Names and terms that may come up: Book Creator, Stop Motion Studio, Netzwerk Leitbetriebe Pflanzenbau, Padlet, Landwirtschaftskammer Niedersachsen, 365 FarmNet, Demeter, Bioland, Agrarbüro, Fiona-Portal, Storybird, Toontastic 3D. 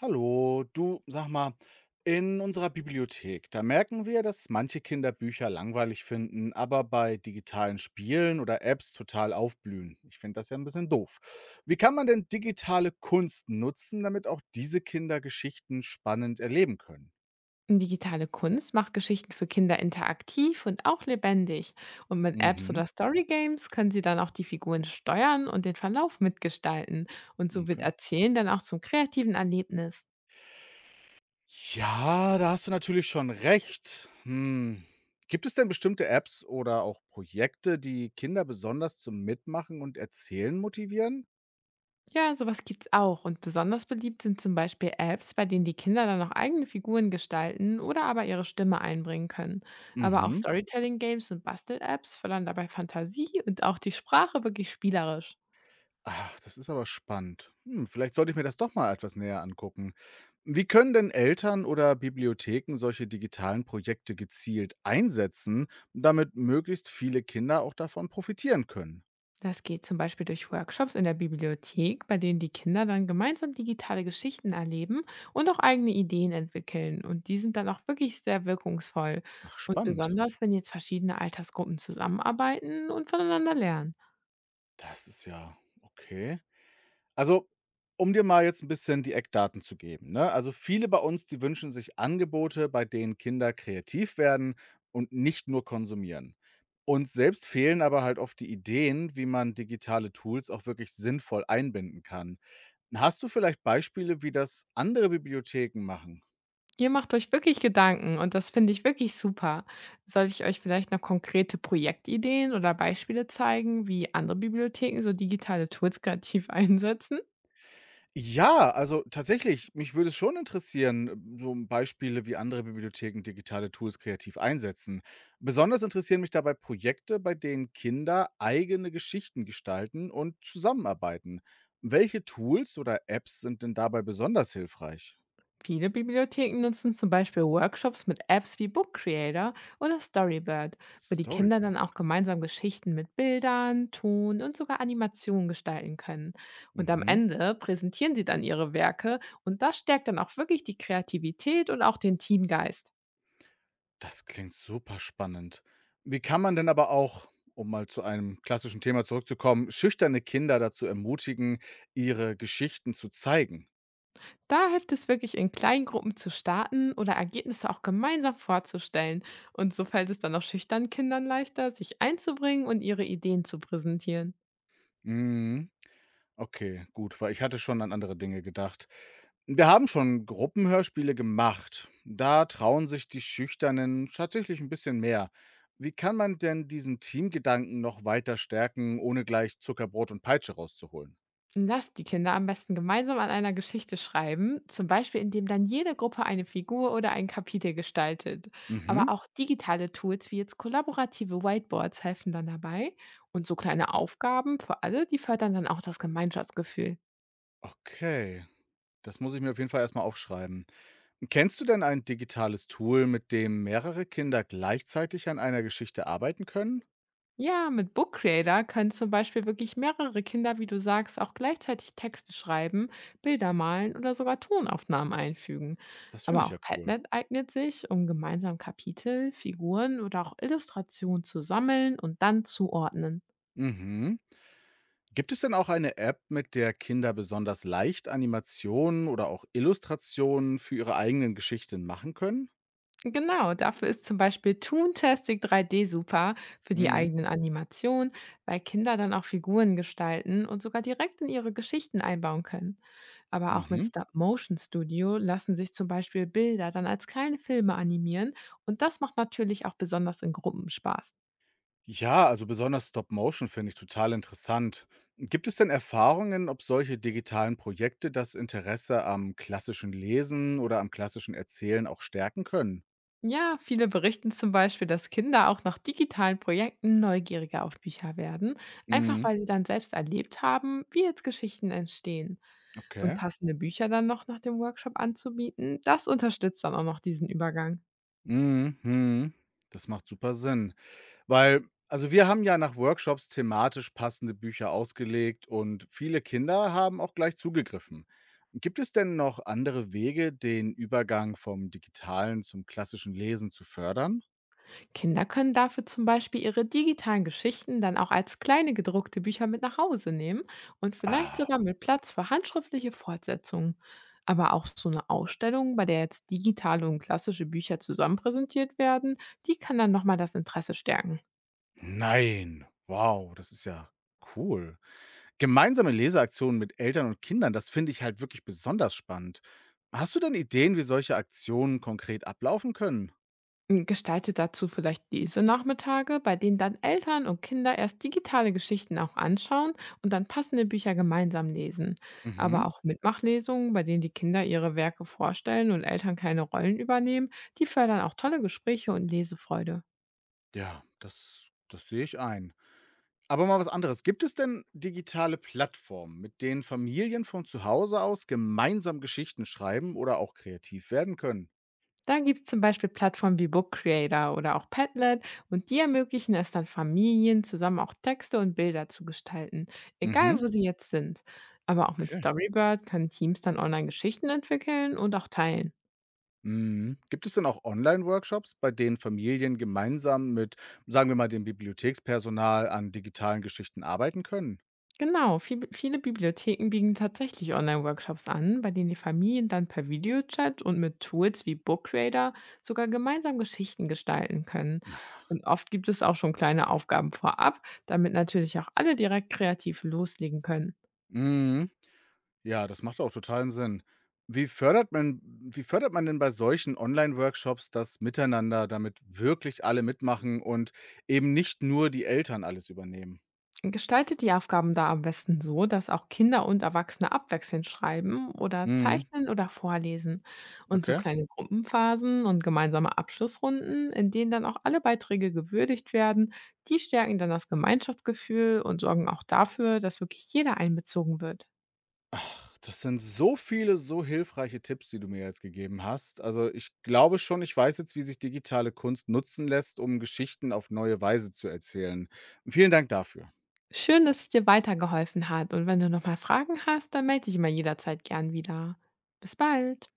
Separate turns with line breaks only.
Hallo, du, sag mal, in unserer Bibliothek, da merken wir, dass manche Kinder Bücher langweilig finden, aber bei digitalen Spielen oder Apps total aufblühen. Ich finde das ja ein bisschen doof. Wie kann man denn digitale Kunst nutzen, damit auch diese Kinder Geschichten spannend erleben können?
Digitale Kunst macht Geschichten für Kinder interaktiv und auch lebendig. Und mit Apps
Mhm,
oder Story Games können sie dann auch die Figuren steuern und den Verlauf mitgestalten. Und so wird
okay.
Erzählen dann auch zum kreativen Erlebnis.
Ja, da hast du natürlich schon recht. Hm. Gibt es denn bestimmte Apps oder auch Projekte, die Kinder besonders zum Mitmachen und Erzählen motivieren?
Ja, sowas gibt's auch. Und besonders beliebt sind zum Beispiel Apps, bei denen die Kinder dann auch eigene Figuren gestalten oder aber ihre Stimme einbringen können. Aber auch
Mhm.
Storytelling Games und Bastel-Apps fördern dabei Fantasie und auch die Sprache wirklich spielerisch.
Ach, das ist aber spannend. Hm, vielleicht sollte ich mir das doch mal etwas näher angucken. Wie können denn Eltern oder Bibliotheken solche digitalen Projekte gezielt einsetzen, damit möglichst viele Kinder auch davon profitieren können?
Das geht zum Beispiel durch Workshops in der Bibliothek, bei denen die Kinder dann gemeinsam digitale Geschichten erleben und auch eigene Ideen entwickeln. Und die sind dann auch wirklich sehr wirkungsvoll.
Ach,
Und
spannend.
besonders, wenn jetzt verschiedene Altersgruppen zusammenarbeiten und voneinander lernen.
Das ist ja okay. Also, um dir mal jetzt ein bisschen die Eckdaten zu geben, ne? Also, viele bei uns, die wünschen sich Angebote, bei denen Kinder kreativ werden und nicht nur konsumieren. Uns selbst fehlen aber halt oft die Ideen, wie man digitale Tools auch wirklich sinnvoll einbinden kann. Hast du vielleicht Beispiele, wie das andere Bibliotheken machen?
Ihr macht euch wirklich Gedanken und das finde ich wirklich super. Soll ich euch vielleicht noch konkrete Projektideen oder Beispiele zeigen, wie andere Bibliotheken so digitale Tools kreativ einsetzen?
Ja, also tatsächlich, mich würde es schon interessieren, so Beispiele, wie andere Bibliotheken digitale Tools kreativ einsetzen. Besonders interessieren mich dabei Projekte, bei denen Kinder eigene Geschichten gestalten und zusammenarbeiten. Welche Tools oder Apps sind denn dabei besonders hilfreich?
Viele Bibliotheken nutzen zum Beispiel Workshops mit Apps wie Book Creator oder Storybird, wo die Kinder dann
Storybird.
auch gemeinsam Geschichten mit Bildern, Ton und sogar Animationen gestalten können. Und am
Mhm.
Ende präsentieren sie dann ihre Werke und das stärkt dann auch wirklich die Kreativität und auch den Teamgeist.
Das klingt super spannend. Wie kann man denn aber auch, um mal zu einem klassischen Thema zurückzukommen, schüchterne Kinder dazu ermutigen, ihre Geschichten zu zeigen?
Da hilft es wirklich, in kleinen Gruppen zu starten oder Ergebnisse auch gemeinsam vorzustellen. Und so fällt es dann auch schüchternen Kindern leichter, sich einzubringen und ihre Ideen zu präsentieren.
Mhm. Okay, gut, weil ich hatte schon an andere Dinge gedacht. Wir haben schon Gruppenhörspiele gemacht. Da trauen sich die Schüchternen tatsächlich ein bisschen mehr. Wie kann man denn diesen Teamgedanken noch weiter stärken, ohne gleich Zuckerbrot und Peitsche rauszuholen?
Lasst die Kinder am besten gemeinsam an einer Geschichte schreiben, zum Beispiel indem dann jede Gruppe eine Figur oder ein Kapitel gestaltet. Aber
Mhm,
auch digitale Tools wie jetzt kollaborative Whiteboards helfen dann dabei und so kleine Aufgaben für alle, die fördern dann auch das Gemeinschaftsgefühl.
okay. Das muss ich mir auf jeden Fall erst mal aufschreiben. Kennst du denn ein digitales Tool, mit dem mehrere Kinder gleichzeitig an einer Geschichte arbeiten können?
Ja, mit Book Creator können zum Beispiel wirklich mehrere Kinder, wie du sagst, auch gleichzeitig Texte schreiben, Bilder malen oder sogar Tonaufnahmen einfügen.
Das finde
Aber
ich ja
auch
cool.
Padlet eignet sich, um gemeinsam Kapitel, Figuren oder auch Illustrationen zu sammeln und dann zuordnen.
Mhm. Gibt es denn auch eine App, mit der Kinder besonders leicht Animationen oder auch Illustrationen für ihre eigenen Geschichten machen können?
Genau, dafür ist zum Beispiel Toontastic 3D super für die
Mhm.
eigenen Animationen, weil Kinder dann auch Figuren gestalten und sogar direkt in ihre Geschichten einbauen können. Aber auch mit
Mhm.
Stop Motion Studio lassen sich zum Beispiel Bilder dann als kleine Filme animieren und das macht natürlich auch besonders in Gruppen Spaß.
Ja, also besonders Stop Motion finde ich total interessant. Gibt es denn Erfahrungen, ob solche digitalen Projekte das Interesse am klassischen Lesen oder am klassischen Erzählen auch stärken können?
Ja, viele berichten zum Beispiel, dass Kinder auch nach digitalen Projekten neugieriger auf Bücher werden, einfach
Mhm.
weil sie dann selbst erlebt haben, wie jetzt Geschichten entstehen. Und
Okay.
passende Bücher dann noch nach dem Workshop anzubieten, das unterstützt dann auch noch diesen Übergang.
Mhm, mhm. Das macht super Sinn. Weil also wir haben ja nach Workshops thematisch passende Bücher ausgelegt und viele Kinder haben auch gleich zugegriffen. Gibt es denn noch andere Wege, den Übergang vom digitalen zum klassischen Lesen zu fördern?
Kinder können dafür zum Beispiel ihre digitalen Geschichten dann auch als kleine gedruckte Bücher mit nach Hause nehmen und vielleicht
Ah,
sogar mit Platz für handschriftliche Fortsetzungen. Aber auch so eine Ausstellung, bei der jetzt digitale und klassische Bücher zusammen präsentiert werden, die kann dann nochmal das Interesse stärken.
nein. Wow, das ist ja cool. Gemeinsame Leseaktionen mit Eltern und Kindern, das finde ich halt wirklich besonders spannend. Hast du denn Ideen, wie solche Aktionen konkret ablaufen können?
Gestalte dazu vielleicht Lesenachmittage, bei denen dann Eltern und Kinder erst digitale Geschichten auch anschauen und dann passende Bücher gemeinsam lesen. Aber
Mhm.
auch Mitmachlesungen, bei denen die Kinder ihre Werke vorstellen und Eltern keine Rollen übernehmen, die fördern auch tolle Gespräche und Lesefreude.
Ja, das sehe ich ein. Aber mal was anderes. Gibt es denn digitale Plattformen, mit denen Familien von zu Hause aus gemeinsam Geschichten schreiben oder auch kreativ werden können?
Da gibt es zum Beispiel Plattformen wie Book Creator oder auch Padlet und die ermöglichen es dann Familien, zusammen auch Texte und Bilder zu gestalten, egal
Mhm.
wo sie jetzt sind. Aber auch mit
Okay.
Storybird können Teams dann online Geschichten entwickeln und auch teilen.
Mhm. Gibt es denn auch Online-Workshops, bei denen Familien gemeinsam mit, sagen wir mal, dem Bibliothekspersonal an digitalen Geschichten arbeiten können?
Genau, viele Bibliotheken bieten tatsächlich Online-Workshops an, bei denen die Familien dann per Videochat und mit Tools wie Book Creator sogar gemeinsam Geschichten gestalten können. Und oft gibt es auch schon kleine Aufgaben vorab, damit natürlich auch alle direkt kreativ loslegen können.
Mhm. Ja, das macht auch totalen Sinn. Wie fördert man denn bei solchen Online-Workshops das Miteinander, damit wirklich alle mitmachen und eben nicht nur die Eltern alles übernehmen?
Gestaltet die Aufgaben da am besten so, dass auch Kinder und Erwachsene abwechselnd schreiben oder
Mhm,
zeichnen oder vorlesen. Und so
okay.
kleine Gruppenphasen und gemeinsame Abschlussrunden, in denen dann auch alle Beiträge gewürdigt werden, die stärken dann das Gemeinschaftsgefühl und sorgen auch dafür, dass wirklich jeder einbezogen wird.
Ach, das sind so viele, so hilfreiche Tipps, die du mir jetzt gegeben hast. Also ich glaube schon, ich weiß jetzt, wie sich digitale Kunst nutzen lässt, um Geschichten auf neue Weise zu erzählen. Vielen Dank dafür.
Schön, dass es dir weitergeholfen hat. Und wenn du nochmal Fragen hast, dann melde dich immer jederzeit gern wieder. Bis bald.